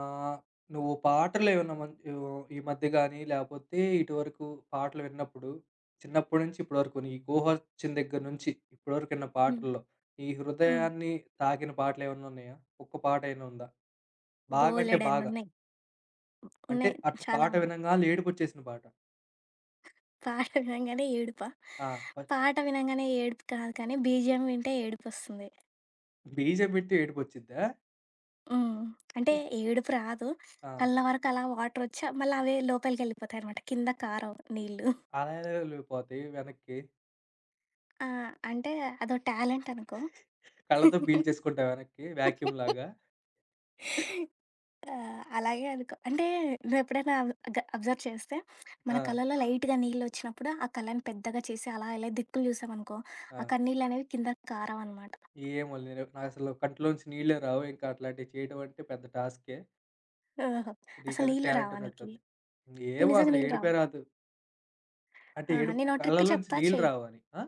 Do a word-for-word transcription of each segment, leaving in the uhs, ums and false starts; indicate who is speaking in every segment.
Speaker 1: ఆహ్, నువ్వు పాటలేమన్నా మన్ యో ఈ మధ్య గాని, లేపోతే ఇటువరకు పాటలు విన్నప్పుడు, చిన్నప్పటి నుంచి ఇప్పటి వరకు నీకు ఊహొచ్చిన దగ్గర నుంచి, ఇప్పటి వరకు విన్న
Speaker 2: హ్మ్.
Speaker 1: పాటల్లో, నీ
Speaker 2: హ్మ్.
Speaker 1: హృదయాన్ని తాకిన పాటలేమన్నా ఉన్నాయా? ఒక్క పాటైనా ఉందా? బాగా అంటే బాగా.
Speaker 2: బోలెడన్నున్నాయి. ఉన్నాయి.
Speaker 1: అంటే
Speaker 2: ఉన్నాయి
Speaker 1: అట్లా
Speaker 2: చాలా
Speaker 1: పాట
Speaker 2: ఉన్నాయి.
Speaker 1: వినంగాల్నే ఏడుపొచ్చేసిన పాట.
Speaker 2: పాట వినంగానే ఏడుపా?
Speaker 1: ఆ! ఫ
Speaker 2: పాట వినంగానే ఏడుపు కాదు, కానీ బీజీఎం వింటే ఏడుపొస్తుంది.
Speaker 1: బీజీఎం పెట్టి ఏడుపొచ్చిద్దా?
Speaker 2: హ్మ్. అంటే ఏడుపు రాదు.
Speaker 1: ఆ!
Speaker 2: కళ్ళ వరకు అలా వాటరొచ్చి మళ్ళీ అవే లోపలికెళ్ళిపోతాయనమాట. కింద కారవు నీళ్ళు.
Speaker 1: అలా ఎలా వెళ్ళిపోతాయి వెనక్కి?
Speaker 2: ఆ, అంటే అదో టాలెంట్ అనుకో.
Speaker 1: కళ్ళతో పీల్చేసుకుంటావా వెనక్కి వాక్యూమ్‌లాగా?
Speaker 2: ఆ, అలాగే అనుకో. అంటే నువ్వెప్పుడైనా గ అబ్జర్వ్ చేస్తే మన
Speaker 1: ఆ!
Speaker 2: కళ్ళలో లైట్‌గా నీళ్ళొచ్చినప్పుడు ఆ కళ్ళని పెద్దగా చేసి అలా ఇలా దిక్కులు చూసామనుకో,
Speaker 1: ఆ!
Speaker 2: ఆ కన్నీళ్ళనేవి కిందకి కారవనమాట.
Speaker 1: ఏమో నేను నాకసలు కంట్లోంచి నీళ్ళే రావు. ఇంకా అట్లాంటివి చేయడం అంటే పెద్ద టాస్కే.
Speaker 2: ఓహో! అసలు
Speaker 1: నీకన్నా
Speaker 2: నీళ్ళు
Speaker 1: టాలెంట్
Speaker 2: రావా నీకి?
Speaker 1: ఉన్నట్టుంది.
Speaker 2: నీకు
Speaker 1: ఏమో
Speaker 2: నిజంగా
Speaker 1: అసలు
Speaker 2: నీళ్ళు రావా?
Speaker 1: ఏడుపే రాదు. అంటే
Speaker 2: ఆహా,
Speaker 1: ఏడుపు
Speaker 2: నేనో ట్రిక్
Speaker 1: కళ్ళలోంచి
Speaker 2: చెప్తా,
Speaker 1: నీళ్ళు
Speaker 2: చెయ్.
Speaker 1: రావని. ఆ!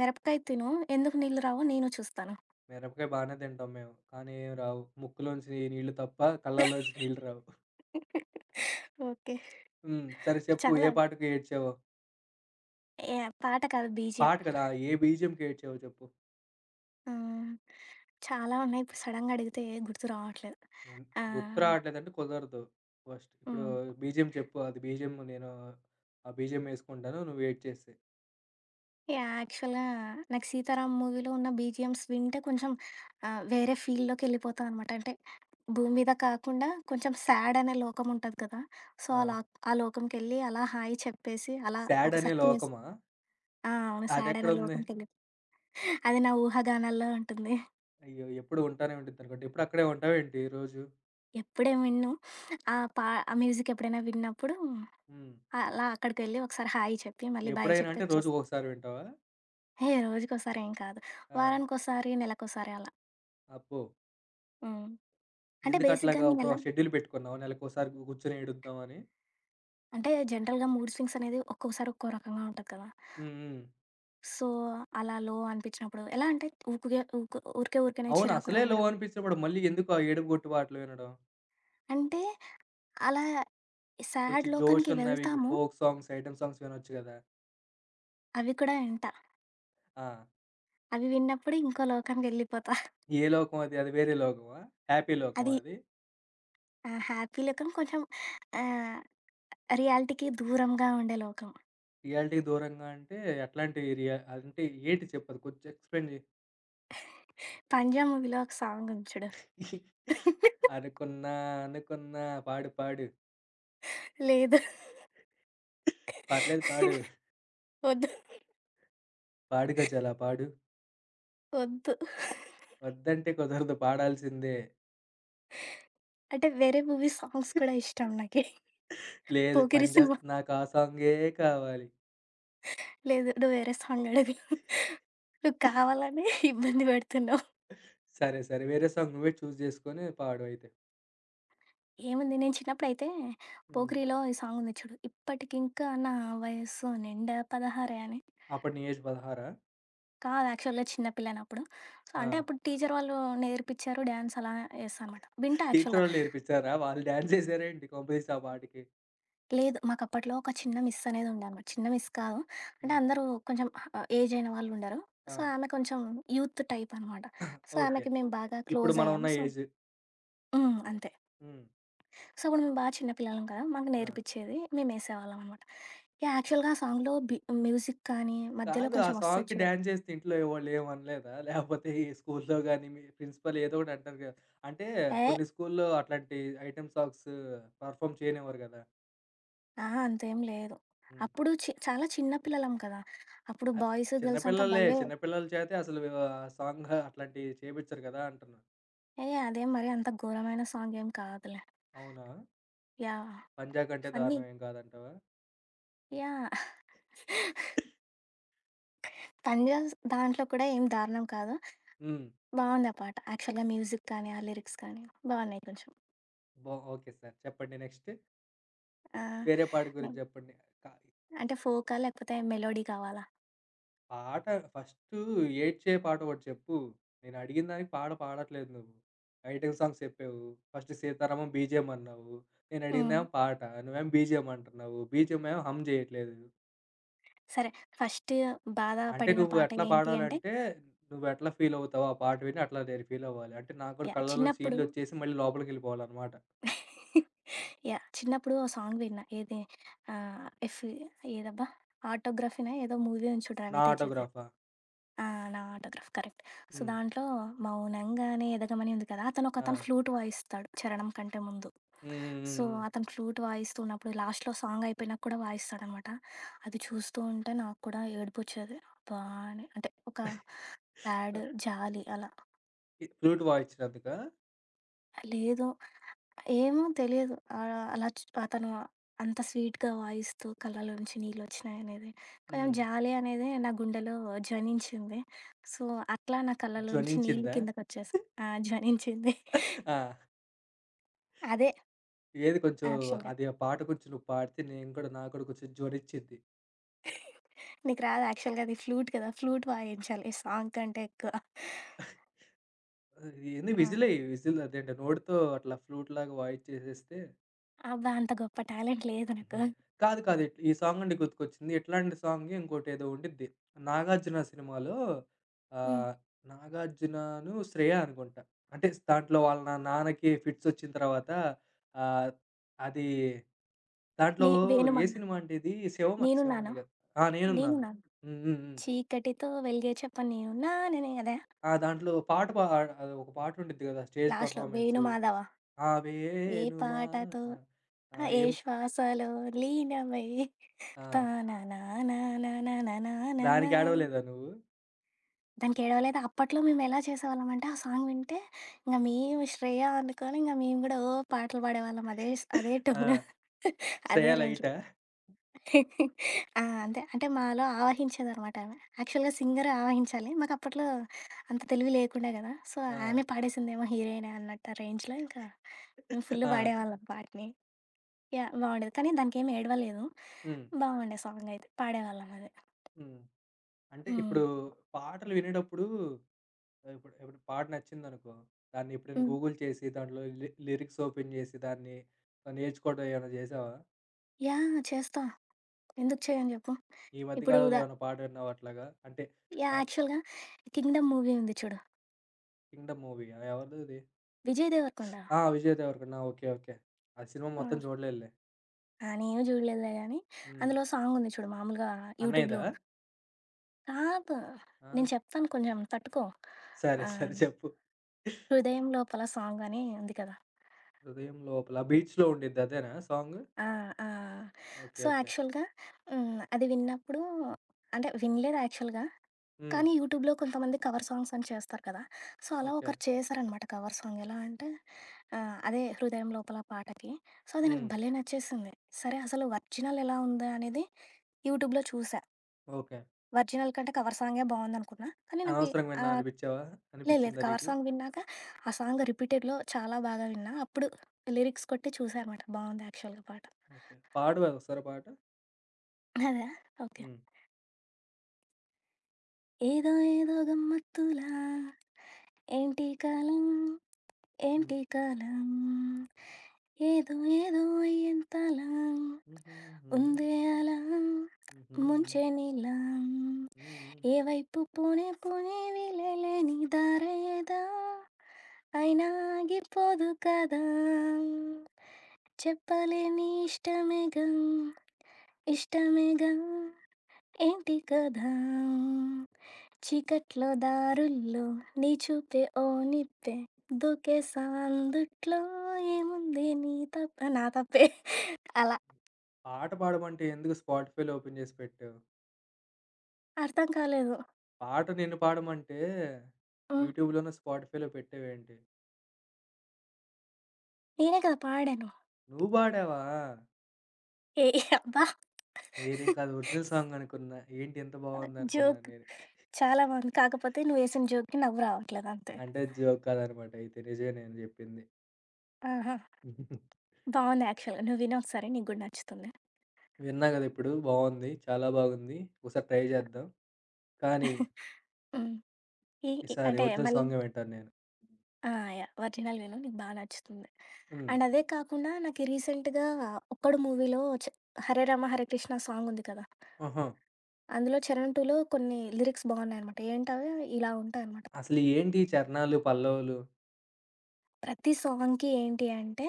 Speaker 2: మిరపకాయ తిను. ఎందుకు నీళ్ళు రావో నేను చూస్తాను.
Speaker 1: మిరపకాయ బానే తింటాం మేము. కానీ ఏం రావు. ముక్కులోంచి నీళ్ళు తప్ప కళ్ళలోంచి నీళ్ళు రావు.
Speaker 2: ఓకే.
Speaker 1: హ్మ్. సరే చెప్పు ఏ
Speaker 2: చాలా
Speaker 1: పాటకి ఏడ్చావో?
Speaker 2: ఏ పాట కాదు, బీజీఎం.
Speaker 1: పాట కదా! ఏ బీజీఎంకి ఏడ్చావో చెప్పు?
Speaker 2: హ్మ్. చాలా ఉన్నాయి. ఇప్పుడు సడెన్‌గా అడిగితే గుర్తు రావట్లేదు.
Speaker 1: ఎన్
Speaker 2: ఆ!
Speaker 1: గుర్తు రావట్లేదంటే కుదరదు. ఫస్ట్ ఇప్పుడు
Speaker 2: హ్మ్.
Speaker 1: బీజీఎం చెప్పు. అది బీజీఎం నేను ఆ బీజీఎం యేసుకుంటాను. నువ్వు ఏడ్చేసేయి.
Speaker 2: యాహ్, యాక్చువల్‌గా నాకు 'సీతారాం' మూవీలో ఉన్న బీజీఎమ్స్ వింటే కొంచెం ఆహ్, వేరే ఫీల్‌లోకెళ్ళిపోతా అనమాట. అంటే భూమి మీద కాకుండా కొంచెం సాడ్ అనే లోకం ఉంటది కదా! సో,
Speaker 1: ఆ!
Speaker 2: అలా ఆ లోకంకెళ్ళి అలా హాయ్ చెప్పేసి అలా
Speaker 1: 'సాడ్
Speaker 2: ఒక
Speaker 1: అనే
Speaker 2: సర్కిలేసి
Speaker 1: లోకమా'?
Speaker 2: ఆ, అవును, సాడ్ అనే
Speaker 1: అదెక్కడుంది?
Speaker 2: లోకంకెళ్ళి అది నా ఊహాగానాల్లో ఉంటుంది.
Speaker 1: అయ్యో! ఎప్పుడు ఉంటానే ఉండిద్దనుకుంటా. ఎప్పుడు అక్కడే ఉంటావేంటి రోజు?
Speaker 2: ఎప్పుడేం వినను. ఆ పా ఆ మ్యూజిక్ ఎప్పుడైనా విన్నప్పుడు
Speaker 1: హ్మ్.
Speaker 2: అలా అక్కడికెళ్ళి ఒకసారి హాయ్ చెప్పి మళ్ళీ బాయ్
Speaker 1: ఎప్పుడైనా
Speaker 2: చెప్పి
Speaker 1: అంటే
Speaker 2: వచ్చేస్తా.
Speaker 1: రోజుకొకసారి వింటావా?
Speaker 2: ఏ రోజుకోసారేం కాదు.
Speaker 1: ఆ!
Speaker 2: వారానికోసారి, నెలకోసారి అలా.
Speaker 1: అబ్బో!
Speaker 2: హ్మ్. అంటే బేసిక్‌గా
Speaker 1: ఎందుకట్లాగా ఒక
Speaker 2: నేనెలా
Speaker 1: షెడ్యూల్ పెట్టుకున్నావా? నెలకోసారి కూర్చొని ఏడుద్దామని?
Speaker 2: అంటే జనరల్‌గా మూడ్ స్వింగ్స్ అనేది ఒక్కోసారి ఒక్కో రకంగా ఉంటది కదా!
Speaker 1: హ్మ్. హ్మ్.
Speaker 2: సో, అలా లో అనిపించినప్పుడు ఎలా అంటే ఊకుగే ఊకు ఊరికే ఊరికేనే
Speaker 1: అవును.
Speaker 2: చిరాకు
Speaker 1: అసలే లో
Speaker 2: రావడం.
Speaker 1: అనిపించినప్పుడు మళ్ళీ ఎందుకు ఆ ఏడుపు గొట్టు పాటలు వినడం?
Speaker 2: అంటే అలా సాడ్
Speaker 1: కొంచెం
Speaker 2: లోకానికి
Speaker 1: జోషున్నవి
Speaker 2: వెళ్తాము.
Speaker 1: ఫోక్ సాంగ్స్, ఐటెమ్ సాంగ్స్ వినొచ్చు గదా!
Speaker 2: అవి కూడా వింటా.
Speaker 1: ఆ!
Speaker 2: అవి విన్నప్పుడు ఇంకో లోకానికి వెళ్ళిపోతా.
Speaker 1: ఏ లోకం అది? అది వేరే లోకమా? హ్యాపీ లోకమా
Speaker 2: అది
Speaker 1: అది?
Speaker 2: ఆహ్, హ్యాపీ లోకం కొంచెం ఆహ్, రియాలిటీకి దూరంగా ఉండే లోకం.
Speaker 1: రియాలిటీకి దూరంగా అంటే ఎట్లాంటి రియా అంటే ఏంటి చెప్పు అది కొంచెం ఎక్స్‌ప్లెయిన్
Speaker 2: 'పంజా' మూవీలో ఒక సాంగ్ ఉంది చూడు.
Speaker 1: జెయి? అనుకున్నా అనుకున్నా పాడు పాడు.
Speaker 2: లేదు.
Speaker 1: పర్లేదు పాడు.
Speaker 2: వద్దు.
Speaker 1: పాడుకో చాలా పాడు.
Speaker 2: వద్దు.
Speaker 1: వద్దంటే కుదరదు పాడాల్సిందే.
Speaker 2: అంటే వేరే మూవీ సాంగ్స్ కూడా ఇష్టం నాకి.
Speaker 1: లేదు పని
Speaker 2: 'పోకిరి'
Speaker 1: చేస్త
Speaker 2: సినిమా
Speaker 1: నాకు ఆ సాంగే కావాలి.
Speaker 2: లేదు, నువ్వు వేరే సాంగ్ అడుగు. నువ్వు కావాలనే ఇబ్బంది పెడుతున్నావు.
Speaker 1: సరే, సరే. వేరే సాంగ్ నువ్వే చూజ్ చేసుకొని పాడు అయితే.
Speaker 2: ఏముంది, నేను చిన్నప్పుడైతే
Speaker 1: హ్మ్.
Speaker 2: 'పోకిరి'లో ఈ సాంగ్ ఉంది చూడు. ఇప్పటికింకా నా వయస్సు నిండా పదహారే అని.
Speaker 1: అప్పుడు నీ ఏజ్ 16ఆ?
Speaker 2: కాదు, యాక్చువల్‌గా చిన్న పిల్లని అప్పుడు. సో,
Speaker 1: ఆ!
Speaker 2: అంటే అప్పుడు టీచర్ వాళ్ళు నేర్పించారు డాన్స్, అలా చేశా అనమాట. వింటా
Speaker 1: టీచర్
Speaker 2: యాక్చువల్‌గా.
Speaker 1: వాళ్ళు నేర్పించారా? వాళ్ళు డాన్స్ చేసారా ఏంటి కొంపదీసి ఆ పాటకి?
Speaker 2: లేదు, మాకప్పట్లో ఒక చిన్న మిస్ అనేది ఉండే అనమాట. చిన్న మిస్ కాదు. అంటే
Speaker 1: హ్మ్.
Speaker 2: అందరూ కొంచెం ఆహ్, ఏజ్ అయిన వాళ్ళు ఉండరు.
Speaker 1: ఆ!
Speaker 2: సో, ఆమె కొంచెం యూత్ టైప్ అనమాట. So,
Speaker 1: okay.
Speaker 2: ఆమెకి మేము బాగా
Speaker 1: ఇప్పుడు
Speaker 2: క్లోజ్
Speaker 1: మనం ఉన్న
Speaker 2: అయ్యాము. So
Speaker 1: age.
Speaker 2: హ్మ్. అంతే.
Speaker 1: హ్మ్.
Speaker 2: సో, అప్పుడు మేము బా చిన్న పిల్లలం కదా! మాకు
Speaker 1: ఆ!
Speaker 2: నేర్పిచ్చేది. మేమేసేవాళ్ళం అనమాట. యాహ్, యాక్చువల్‌గా ఆ సాంగ్‌లో బి మ్యూజిక్ కానీ, మధ్యలో
Speaker 1: కాదు. ఆ
Speaker 2: కొంచెం వస్తది
Speaker 1: సాంగ్‌కి
Speaker 2: చూడు.
Speaker 1: డాన్స్ చేస్తే ఇంట్లో వాళ్ళేమనలేదా? లేపోతే ఈ స్కూల్‌లో గాని, మీ ప్రిన్సిపల్ ఏదో ఒకటి అంటారు కదా! అంటే
Speaker 2: ఏయ్!
Speaker 1: కొన్ని స్కూల్‌లో అట్లాంటి ఐటెమ్ సాంగ్స్ పెర్ఫార్మ్ చేయనివ్వరు కదా!
Speaker 2: అహా, అంతేం లేదు.
Speaker 1: హ్మ్.
Speaker 2: అప్పుడు చి చాలా చిన్న పిల్లలం కదా! అప్పుడు
Speaker 1: అ
Speaker 2: బాయ్స్, గర్ల్స్ అంతా
Speaker 1: చిన్నపిల్లలే.
Speaker 2: భలే
Speaker 1: చిన్నపిల్లల చేతే అసలు ఆహ్, సాంగ్ అట్లాంటివి చేపిచ్చరు కదా! అంటున్నా.
Speaker 2: ఏహ్, అదేం మరి అంత ఘోరమైన సాంగ్ ఏం కాదులే.
Speaker 1: అవునా?
Speaker 2: యాహ్,
Speaker 1: పంజా కంటే
Speaker 2: ఫన్నీ.
Speaker 1: దారుణం ఏం కాదంటావా?
Speaker 2: యాహ్! తంజాస్ దాంట్లో కూడా ఏం దారుణం కాదు.
Speaker 1: హ్మ్.
Speaker 2: బావుంది ఆ పాట. యాక్చువల్‌గా మ్యూజిక్ కానీ, ఆ లిరిక్స్ కానీ బావున్నాయి కొంచెం.
Speaker 1: బా ఓకే సార్. చెప్పండి నెక్స్ట్.
Speaker 2: ఆ!
Speaker 1: వేరే పాట
Speaker 2: నే-
Speaker 1: గురించి చెప్పండి. క
Speaker 2: అంటే ఫోకా? లేకపోతే మెలోడీ కావాలా?
Speaker 1: పాట ఫస్టు ఏడ్చే పాట ఒకటి చెప్పు. నేనడిగిన దానికి పాట పాడట్లేదు నువ్వు. ఐటెమ్ సాంగ్స్ చెప్పావు. ఫస్ట్ 'సీతారామం' బీజీఎం అన్నావు.
Speaker 2: హ్మ్.
Speaker 1: నేనడిగిందేమో పాట. నువ్వేమో బీజీఎం అంటున్నావు. బీజీఎం ఏమో హమ్ జేయట్లేదు.
Speaker 2: సరే. ఫస్ట్ బాధ
Speaker 1: అంటే
Speaker 2: పడిన
Speaker 1: నువ్వు
Speaker 2: పాట
Speaker 1: ఎట్లా
Speaker 2: ఏంటి అంటే,
Speaker 1: పాడాలంటే నువ్వెట్లా ఫీలవుతావో ఆ పాట విని అట్లా నేను ఫీలవ్వాలి. అంటే నాకు కూడా
Speaker 2: యాహ్,
Speaker 1: కళ్ళలో నుంచి
Speaker 2: చిన్నప్పుడు
Speaker 1: నీళ్ళొచ్చేసి మళ్ళీ లోపలికెళ్ళిపోవాలనమాట.
Speaker 2: యాహ్, చిన్నప్పుడు ఓ సాంగ్ విన్నా. ఏది ఆహ్, ఎఫ్ ఏదబ్బా! ఆటోగ్రఫీనా ఏదో మూవీ ఉంది చూడు
Speaker 1: నా
Speaker 2: 'రవితేజది'.
Speaker 1: ఆటోగ్రాఫా?
Speaker 2: ఆ, నా ఆటోగ్రాఫ్ కరెక్ట్. సో,
Speaker 1: హ్మ్.
Speaker 2: దాంట్లో మౌనంగానే ఎదగమని ఉంది కదా! అతను
Speaker 1: ఆ!
Speaker 2: ఒకతను ఫ్లూట్ వాయిస్తాడు చరణం కంటే ముందు.
Speaker 1: హ్మ్. హ్మ్.
Speaker 2: సో,
Speaker 1: హ్మ్.
Speaker 2: అతను ఫ్లూట్ వాయిస్తున్నప్పుడు లాస్ట్‌లో సాంగ్ అయిపోయినాక కూడా వాయిస్తాడనమాట. అది చూస్తూ ఉంటే నాకు కూడా ఏడుపొచ్చేది. అబ్బా! అని అంటే ఒక
Speaker 1: హ్మ్.
Speaker 2: సాడ్, జాలి అలా
Speaker 1: ఫ్లూట్ వాయించినందుకా?
Speaker 2: లేదు, ఏమో తెలియదు. ఆహ్, అలా చ్ అతను అంత స్వీట్‌గా వాయిస్తూ కళ్ళలోంచి నీళ్ళొచ్చినాయనేది. కొంచెం
Speaker 1: హ్మ్.
Speaker 2: జాలి అనేది నా గుండెలో ధ్వనించింది. సో, అట్లా నా కళ్ళలోంచి నీళ్ళు
Speaker 1: ధ్వనించిందా?
Speaker 2: కిందకొచ్చేసాయి. ఆ, ధ్వనించింది.
Speaker 1: ఆ!
Speaker 2: అదే
Speaker 1: ఏది కొంచెం
Speaker 2: యాక్చువల్‌గా.
Speaker 1: అది ఆ పాట కొంచెం నువ్వు పాడితే నేను కూడా నాకు కూడా కొంచెం జోరిచ్చిద్ది.
Speaker 2: నీకు రాదు యాక్చువల్‌గా, అది ఫ్లూట్ కదా! ఫ్లూట్ వాయించాలి సాంగ్ కంటే ఎక్కువ.
Speaker 1: ఆహ్, ఏంది
Speaker 2: ఆ!
Speaker 1: విజిలే విజిల్ అదేంటి నోటితో అట్లా ఫ్లూట్‌లాగా వాయిచ్చేసేస్తే
Speaker 2: అబ్బా, అంత గొప్ప టాలెంట్ లేదు నాకు.
Speaker 1: కాదు కాదు ఇట్ ఈ సాంగ్ నుండి గుర్తుకొచ్చింది. ఇట్లాంటి సాంగే ఇంకోటేదో ఉండిద్ది. 'నాగార్జున' సినిమాలో
Speaker 2: హ్మ్.
Speaker 1: ఆహ్, 'నాగార్జునను శ్రేయ' అనుకుంటా. అంటే దాంట్లో వాళ్ళ నా నాన్నకి ఫిట్స్ వచ్చిన తర్వాత ఆహ్, అది దాంట్లో
Speaker 2: నీ
Speaker 1: ఏ
Speaker 2: వేణుమాన
Speaker 1: సినిమా అంటే ఇది 'శివమ'
Speaker 2: 'నేనున్నాను,
Speaker 1: 'శివమణి' కాదు. ఆ! 'నేనున్నాను.'
Speaker 2: నేనున్నాను
Speaker 1: హ్మ్. హ్మ్. హ్మ్.
Speaker 2: చీకటితో వెలిగే చెప్ప నేనున్నాననే' అదా?
Speaker 1: ఆ! దాంట్లో పాట పా ఆహ్, ఒక పాట ఉండిద్ది గదా! స్టేజ్
Speaker 2: లాస్ట్‌లో
Speaker 1: పెర్ఫార్మన్స్.
Speaker 2: 'వేణుమాధవ
Speaker 1: ఆవే
Speaker 2: ఏ
Speaker 1: నుమా
Speaker 2: పాటతో'
Speaker 1: ఆ!
Speaker 2: ఆ!
Speaker 1: ఆ!
Speaker 2: ఏ
Speaker 1: ఏం
Speaker 2: శ్వాసలో లీనమై
Speaker 1: ఆ!
Speaker 2: తాననానానానానానానా.
Speaker 1: దానికి ఏడవలేదా నువ్వు?
Speaker 2: దానికేడవలేదు. అప్పట్లో మేమెలా చేసేవాళ్ళమంటే ఆ సాంగ్ వింటే ఇంక మేము శ్రేయ అనుకోని ఇంక మేము గూడా ఓ పాటలు పాడేవాళ్ళం. అదే స్ అదే టోన్,
Speaker 1: ఆ! శ్రేయ
Speaker 2: అదే రేంజ్‌లో.
Speaker 1: లైటా?
Speaker 2: ఆ! అంతే. అంటే మాలో ఆవహించేదనమాట ఆమె. యాక్చువల్‌గా సింగర్ ఆవహించాలి. మాకప్పట్లో అంత తెలివి లేకుండే గదా! సో,
Speaker 1: ఆ!
Speaker 2: ఆమె పాడేసిందేమో హీరోయినే అన్నట్టు ఆ రేంజ్‌లో ఇంకా మేము ఫుల్
Speaker 1: ఆ!
Speaker 2: పాడేవాళ్ళం పాటని. యాహ్, బావుండేది. కానీ దానికేమి ఏడవలేదు.
Speaker 1: హ్మ్.
Speaker 2: బావుండే సాంగయితే. పాడేవాళ్ళం అది.
Speaker 1: హ్మ్. అంటే
Speaker 2: హ్మ్.
Speaker 1: ఇప్పుడు పాటలు వినేటప్పుడు ఆహ్, ఇప్పుడు ఇప్పుడు పాట నచ్చిందనుకో, దాన్ని ఎప్పుడైనా
Speaker 2: హ్మ్.
Speaker 1: గూగుల్ చేసి దాంట్లో లి లిరిక్స్ ఓపెన్ జేసి దాన్ని ఆహ్, నేర్చుకోవడం ఏమైనా జేసావా?
Speaker 2: యాహ్, చేస్తా. ఎందుకు చేయను జెప్పు?
Speaker 1: ఈ మధ్య
Speaker 2: ఇప్పుడు
Speaker 1: కాలంలో
Speaker 2: ద
Speaker 1: ఏమైనా పాట విన్నావా అట్లాగా? అంటే
Speaker 2: యాహ్,
Speaker 1: ఆహ్,
Speaker 2: యాక్చువల్‌గా 'కింగ్డమ్' మూవీ ఉంది చూడు.
Speaker 1: 'కింగ్డమ్' మూవీయా ఎవరిదది?
Speaker 2: విజయ్ దేవరకొండ.
Speaker 1: ఆ! 'విజయ్ దేవరకొండ.' ఆ! ఓకే. ఓకే. ఆ సినిమా మొత్తం
Speaker 2: హ్మ్.
Speaker 1: చూడలేదులే.
Speaker 2: ఆ, నేను జూడలేదులే గానీ,
Speaker 1: హ్మ్.
Speaker 2: అందులో సాంగుంది చూడు మామూలుగా
Speaker 1: అన్నయ్యదా?
Speaker 2: యూట్యూబ్‌లో. కాదు.
Speaker 1: ఆ!
Speaker 2: నేను చెప్తాను, కొంచెం తట్టుకో.
Speaker 1: సరే.
Speaker 2: ఆ!
Speaker 1: సరే. చెప్పు.
Speaker 2: 'హృదయం లోపల' సాంగ్ అని ఉంది కదా!
Speaker 1: హృదయం లోపల బీచ్‌లో ఉండిద్ది అదేనా సాంగు?
Speaker 2: ఆ! ఆ!
Speaker 1: ఓకే.
Speaker 2: So,
Speaker 1: okay.
Speaker 2: యాక్చువల్‌గా హ్మ్, అది విన్నప్పుడు అంటే వినలేదు యాక్చువల్‌గా.
Speaker 1: హ్మ్.
Speaker 2: కానీ యూట్యూబ్‌లో కొంతమంది కవర్ సాంగ్స్ అని చేస్తారు కదా! సో, అలా
Speaker 1: ఓకే.
Speaker 2: ఒకరు చేశారనమాట కవర్ సాంగ్. ఎలా అంటే ఆహ్, అదే 'హృదయం లోపల' పాటకి. సో, అది నాకు
Speaker 1: హ్మ్.
Speaker 2: భలే నచ్చేసింది. సరే అసలు ఒరిజినల్ ఎలా ఉందా అనేది యూట్యూబ్‌లో చూసా.
Speaker 1: ఓకే.
Speaker 2: ఒరిజినల్ కంటే కవర్ సాంగే బావుందనుకున్నా. కానీ నాకి
Speaker 1: అనవసరంగా విన్నాం
Speaker 2: ఆహ్,
Speaker 1: అనిపిచ్చావా?
Speaker 2: లేదు లేదు,
Speaker 1: అనిపిచ్చిందా
Speaker 2: కవర్
Speaker 1: నీకు?
Speaker 2: సాంగ్ విన్నాక ఆ సాంగ్ రిపీటెడ్‌లో చాలా బాగా విన్నా. అప్పుడు లిరిక్స్ కొట్టి చూసా అనమాట. బావుంది యాక్చువల్‌గా పాట.
Speaker 1: ఓకే. పాడవా ఒకసారి పాట?
Speaker 2: అదా? ఓకే.
Speaker 1: హ్మ్.
Speaker 2: ఏదో ఏదో గమ్మత్తులా, ఏంటి కాలం,
Speaker 1: హ్మ్.
Speaker 2: ఏంటి కాలం, ఏదో ఏదో అయ్యేంతలా,
Speaker 1: హుహుహు.
Speaker 2: ఉందే అలా
Speaker 1: హుహు.
Speaker 2: ముంచే నీళ్ళ,
Speaker 1: హ్మ్.
Speaker 2: ఏ వైపు పోనే పోనే వీలేలేని దారేదా, అయినా ఆగిపోదు కదా, చెప్పలేని ఇష్టమేగా, ఇష్టమేగా, ఏంటి కదా, చీకట్లో దారుల్లో నీ చూపే ఓ నిప్పే, దూకేసా అందుట్లో, ఏముంది నీ తప్ప నా తప్పే, అలా.
Speaker 1: పాట పాడమంటే ఎందుకు స్పాటిఫైలో ఓపెన్ చేసి పెట్టావు?
Speaker 2: అర్థం కాలేదు.
Speaker 1: పాట నిన్ను పాడమంటే
Speaker 2: ఉమ్,
Speaker 1: యూట్యూబ్‌లోనో, స్పాటిఫైలో పెట్టావేంటి?
Speaker 2: నేనే కదా పాడాను.
Speaker 1: నువ్వు పాడావా?
Speaker 2: ఏ అబ్బా
Speaker 1: నేనింక అది ఒరిజినల్ సాంగ్ అనుకున్నా. ఏంటి ఇంత బావుందనుకున్నాను
Speaker 2: జోక్
Speaker 1: నేను.
Speaker 2: చాలా బాగుంది, కాకపోతే నువ్వు వేసిన జోక్కి నవ్వు రావట్లేదు అంతే.
Speaker 1: అంటే జోక్ కాదనమాట అయితే. నిజమే నేను జెప్పింది.
Speaker 2: ఆహా, బాగుంది యాక్చువల్గా, నువ్వు విని ఒకసారి నీకు కూడా నచ్చుతుంది.
Speaker 1: విన్నా గదా ఇప్పుడు బావుంది. చాలా బాగుంది. ఒకసారి ట్రై జేద్దాం. కానీ
Speaker 2: ఉమ్, ఈ ఈ-
Speaker 1: ఈసారి
Speaker 2: అంటే
Speaker 1: ఒరిజినల్
Speaker 2: మళ్ళీ
Speaker 1: సాంగే వింటాను నేను.
Speaker 2: ఆ! యాహ్, ఒరిజినల్ విను. నీకు బా నచ్చుతుంది.
Speaker 1: హ్మ్.
Speaker 2: అండ్ అదే కాకుండా నాకీ రీసెంట్‌గా 'ఒక్కడు' మూవీలో చ 'హరే రామ హరే కృష్ణ' సాంగ్ ఉంది కదా!
Speaker 1: ఆహా!
Speaker 2: అందులో 'చరణ్ రెండులో' కొన్ని లిరిక్స్ బాగున్నాయనమాట. ఏంటవి, ఇలా ఉంటాయనమాట.
Speaker 1: అసలు ఏంటి ఈ చరణాలు, పల్లవులు?
Speaker 2: ప్రతి సాంగ్‌కి ఏంటి అంటే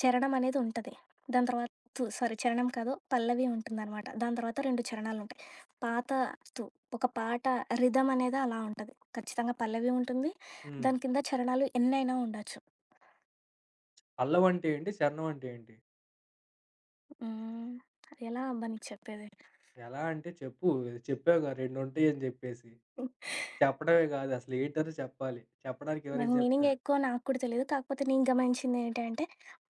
Speaker 2: చరణం అనేది ఉంటది. దాని తర్వాత తు సారీ చరణం కాదు, పల్లవి ఉంటుందనమాట. దాని తర్వాత రెండు చరణాలుంటాయి. పాత తు ఒక పాట రిథమ్ అనేది అలా ఉంటది. ఖచ్చితంగా పల్లవి ఉంటుంది.
Speaker 1: హ్మ్.
Speaker 2: దాని కింద చరణాలు ఎన్నైనా ఉండొచ్చు.
Speaker 1: పల్లవి అంటే ఏంటి? చరణం అంటే ఏంటి?
Speaker 2: హ్మ్. ఎలా అబ్బా నీకు చెప్పేది?
Speaker 1: ఎలా అంటే చెప్పు. చెప్పావుగా రెండు ఉంటాయని జెప్పేసి. చెప్పడమే గాదు అసలు ఏంటో చెప్పాలి. చెప్పడానికి ఎవరైనా
Speaker 2: దాని మీనింగ్
Speaker 1: జెప్తారు.
Speaker 2: ఎక్కువ నాకు కూడా తెలీదు. కాకపోతే నేను గమనించింది ఏంటంటే,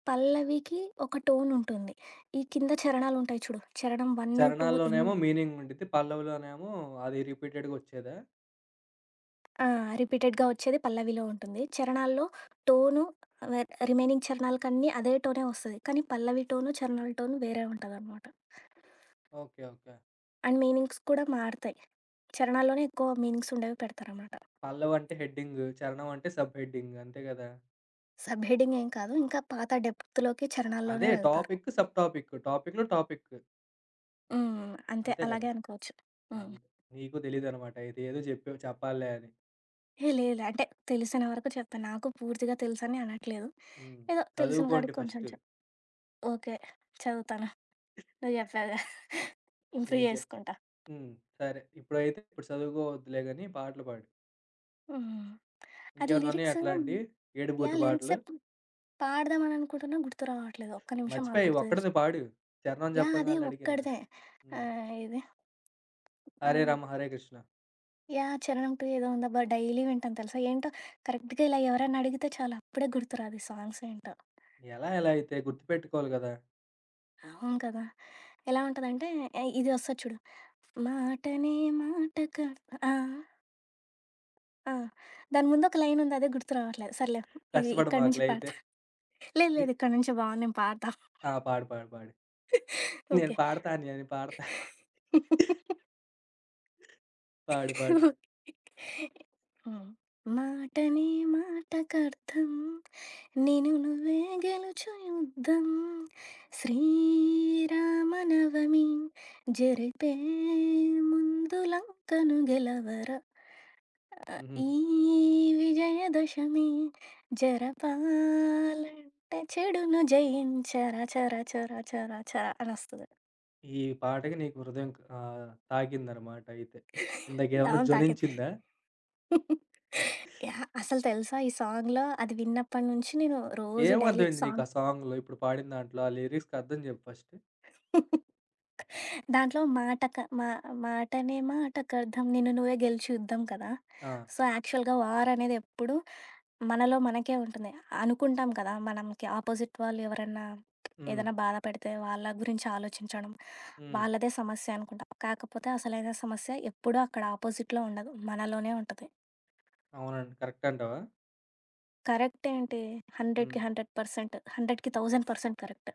Speaker 2: పల్లవికి ఒక టోన్ ఉంటుంది. ఈ కింద చరణాలుంటాయి చూడు. చరణం ఒకటి, రెండు ఇన్
Speaker 1: చరణాల్లోనేమో మీనింగ్ ఉండిద్ది. పల్లవిలోనేమో అది రిపీటెడ్‌గా వచ్చేదా?
Speaker 2: ఆ! రిపీటెడ్‌గా వచ్చేది పల్లవిలో ఉంటుంది. చరణాల్లో టోను ఆహ్, రిమైనింగ్ చరణాలకన్నీ అదే టోనే వస్తది. కానీ పల్లవి టోను, చరణాల టోను వేరే ఉంటదనమాట.
Speaker 1: ఓకే. ఓకే.
Speaker 2: అండ్ మీనింగ్స్ కూడా మారతాయి. చరణాల్లోనే ఎక్కువ మీనింగ్స్ ఉండేవి పెడతారనమాట.
Speaker 1: పల్లవంటే హెడ్డింగ్. చరణం అంటే సబ్ హెడ్డింగ్ అంతే గదా!
Speaker 2: సబ్ హెడింగ్ ఏం కాదు. ఇంకా పాత డెప్త్‌లోకి
Speaker 1: అదే
Speaker 2: చరణాల్లోనే వెళ్తారు.
Speaker 1: Topic, sub topic. టాపిక్‌లో టాపిక్.
Speaker 2: హ్మ్, అంతే
Speaker 1: అంతే గదా!
Speaker 2: అలాగే అనుకోవచ్చు. హ్మ్.
Speaker 1: అంతే. నీకు తెలీదనమాట. ఇది ఏదో చెప్పావు చెప్పాలిలే అని.
Speaker 2: ఏ లేదు లే. అంటే తెలిసిన వరకు చెప్తాను. నాకు పూర్తిగా తెలుసని అనట్లేదు.
Speaker 1: హ్మ్.
Speaker 2: ఏదో తెలిసిన
Speaker 1: చదువుకోండి
Speaker 2: కాడికి కొంచెం
Speaker 1: ఫస్ట్.
Speaker 2: చెప్ ఓకే. చదువుతాను. నువ్వు చెప్పావుగా,
Speaker 1: ఏం
Speaker 2: ఇంప్రూవ్
Speaker 1: చెప్
Speaker 2: చేసుకుంటా.
Speaker 1: హ్మ్. సరే. ఇప్పుడైతే ఇప్పుడు చదువుకోవద్దులే గాని పాటలు పాడు.
Speaker 2: హ్మ్. అది
Speaker 1: ఇంకేమన్నా ఉన్నాయా
Speaker 2: లిరిక్స్
Speaker 1: అట్లాంటియి?
Speaker 2: యాహ్,
Speaker 1: ఏడుపోటు పాటలు?
Speaker 2: లిరిక్సే ప్ పాడదామని అనుకుంటున్నా, గుర్తు రావట్లేదు. ఒక్క నిమిషం ఆగు,
Speaker 1: మర్చిపోయా ఇవి
Speaker 2: గుర్తు
Speaker 1: ఒక్కటిది
Speaker 2: తెచ్చుకు.
Speaker 1: పాడు. చరణం
Speaker 2: యాహ్, అదే
Speaker 1: చెప్పంగాల్నే అడిగానుగా.
Speaker 2: ఒక్కడిదే.
Speaker 1: హ్మ్.
Speaker 2: ఆహ్, ఏది
Speaker 1: 'హరే
Speaker 2: ఆహ్,
Speaker 1: రామ హరే కృష్ణ.'
Speaker 2: యాహ్, చరణం రెండు ఏదో ఉందబ్బా! డైలీ వింటాను తెలుసా? ఏంటో కరెక్ట్‌గా ఇలా ఎవరైనా అడిగితే చాలు అప్పుడే గుర్తురాదు ఈ సాంగ్స్ ఏంటో.
Speaker 1: ఎలా ఎలా అయితే? గుర్తుపెట్టుకోవాలి గదా!
Speaker 2: అవును కదా! ఎలా ఉంటదంటే ఆహ్, ఇది ఒస్తది చూడు. మాటనే మాట కా ఆ! ఆ! దాని ముందు ఒక లైన్ ఉంది, అదే గుర్తు రావట్లేదు. సర్లే, ఇది ఇక్కడి నుంచి
Speaker 1: కష్టపడమాకులే అయితే.
Speaker 2: పాడతా. లేదు లేదు,
Speaker 1: ని
Speaker 2: ఇక్కడి నుంచి బావుంది నేను పాడతా.
Speaker 1: ఆ! పాడు, పాడు, పాడు. నేను
Speaker 2: ఓకే.
Speaker 1: పాడతా నేను పాడతా. పాడు, పాడు.
Speaker 2: హ్మ్. మాటనే మాటకర్థం. నేను నువ్వే గెలుచు యుద్ధం. శ్రీరామనవమి జరిపే ముందు లంకను గెలవరా! ఆ,
Speaker 1: హుహు.
Speaker 2: ఈ విజయదశమి జరపాలంటే చెడును జయించర, చర చర చర చర అని వస్తుంది.
Speaker 1: ఈ పాటకి నీకు హృదయం ఆహ్, తాకిందనమాట అయితే. ఇందాకేమన్నా
Speaker 2: అవును, తాకింది.
Speaker 1: జ్వలించిందా?
Speaker 2: యా, అసలు తెలుసా ఈ సాంగ్ లో అది విన్నప్పటి నుంచి నేను రోజు డైలీ
Speaker 1: ఏమర్థమైంది నీకు ఆ
Speaker 2: సాంగ్.
Speaker 1: సాంగ్‌లో ఇప్పుడు పాడిన దాంట్లో? ఆ లిరిక్స్‌కి అర్థం జెప్పు ఫస్ట్.
Speaker 2: దాంట్లో మాట క- మా మాటనే మాటకు అర్థం, నిన్ను నువ్వే గెలిచి యుద్ధం కదా.
Speaker 1: ఆ!
Speaker 2: సో యాక్చువల్గా వార్ అనేది ఎప్పుడు మనలో మనకే ఉంటుంది. అనుకుంటాం కదా! మనకి ఆపోజిట్ వాళ్ళు ఎవరన్నా
Speaker 1: హ్మ్.
Speaker 2: ఏదైనా బాధ పెడితే వాళ్ళ గురించి ఆలోచించడం,
Speaker 1: హ్మ్.
Speaker 2: వాళ్ళదే సమస్య అనుకుంటాం. కాకపోతే అసలైన సమస్య ఎప్పుడూ అక్కడ ఆపోజిట్‌లో ఉండదు, మనలోనే ఉంటది.
Speaker 1: అవునండి. కరెక్ట్ అంటావా?
Speaker 2: కరెక్ట్ ఏంటి,
Speaker 1: హ్మ్.
Speaker 2: వందకి వంద శాతం, వందకి వెయ్యి శాతం కరెక్ట్.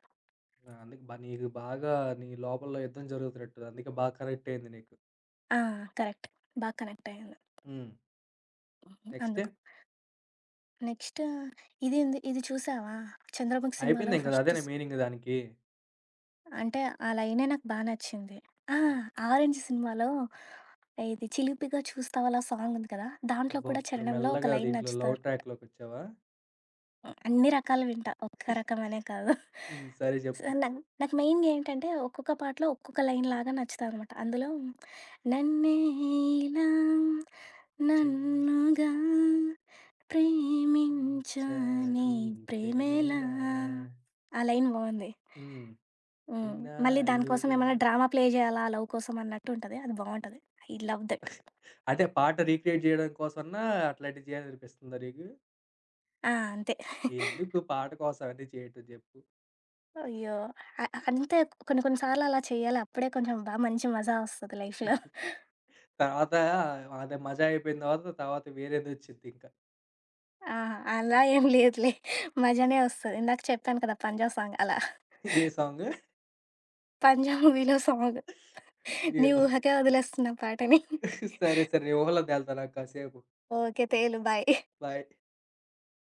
Speaker 1: అందుకే బా నీకు బాగా నీ లోపల యుద్ధం జరుగుతున్నట్టుంది. అందుకే బాగా కనెక్ట్ అయింది నీకు.
Speaker 2: ఆ! కరెక్ట్. బా కనెక్ట్ అయ్యాను.
Speaker 1: హ్మ్. నెక్స్ట్
Speaker 2: అందుకు. నెక్స్ట్ ఇదేంది ఇది చూసావా 'చంద్రముఖి' సినిమాలో
Speaker 1: అయిపోయిందింక
Speaker 2: ఫస్ట్
Speaker 1: అదేనా మీనింగ్ దానికి?
Speaker 2: అంటే ఆ లైనే నాకు బా నచ్చింది. ఆ! 'ఆరెంజ్' సినిమాలో ఇది 'చిలిపిగా చూస్తావలా' సాంగ్ ఉంది కదా! దాంట్లో
Speaker 1: అబ్బో!
Speaker 2: కూడా
Speaker 1: ఇప్పుడు
Speaker 2: చరణంలో ఒక
Speaker 1: మెల్లగా
Speaker 2: లైన్
Speaker 1: దీంట్లో లవ్
Speaker 2: నచ్చుతారు.
Speaker 1: ట్రాక్‌లోకొచ్చావా?
Speaker 2: అన్ని రకాలు వింటా, ఒక్క రకం అనే కాదు.
Speaker 1: హ్మ్. సరే
Speaker 2: సో,
Speaker 1: చెప్పు.
Speaker 2: నాకు నాకు మెయిన్‌గా ఏంటంటే ఒక్కొక్క పాటలో ఒక్కొక్క లైన్ లాగా నచ్చుతాదనమాట. అందులో నన్నే ఇలా నన్నుగా ప్రేమించని
Speaker 1: చెంచాని
Speaker 2: ప్రేమేలా
Speaker 1: ప్రేమేలా
Speaker 2: ఆ లైన్ బావుంది.
Speaker 1: హ్మ్.
Speaker 2: హ్మ్. మళ్ళీ దాని కోసం
Speaker 1: ఇన్నాళ్ళుగా
Speaker 2: ఏమైనా డ్రామా ప్లే జేయాలా లవ్ కోసం అన్నట్టు ఉంటది. అది బావుంటది. I love that.
Speaker 1: అంటే పాట రీక్రియేట్ జేయడం కోసమన్నా అట్లాంటివి చేయాలనిపిస్తుందా నీకు?
Speaker 2: ఆ! అంతే.
Speaker 1: ఎందుకు పాట కోసం అన్ని చేయటం చెప్పు.
Speaker 2: అయ్యో! అ అంతే, కొన్ని కొన్ని సార్లు అలా చేయాలి. అప్పుడే కొంచెం బా మంచి మజా వస్తది లైఫ్‌లో.
Speaker 1: తర్వాత అదే మజా అయిపోయిన తర్వాత, తర్వాత వేరేదొచ్చిద్దింక.
Speaker 2: ఆ! అలా ఏం లేదులే. మజానే వస్తది. ఇందాక చెప్పాను కదా 'పంజా' సాంగ్ అలా.
Speaker 1: ఏ సాంగు?
Speaker 2: 'పంజా' మూవీలో సాంగ్. నీ
Speaker 1: అయ్యో!
Speaker 2: ఊహకే వదిలేస్తున్న పాటని.
Speaker 1: సరే సరే. నీ ఊహల్లో తేలుతా నాకు కాసేపు.
Speaker 2: ఓకే. తేలు బాయ్.
Speaker 1: బాయ్.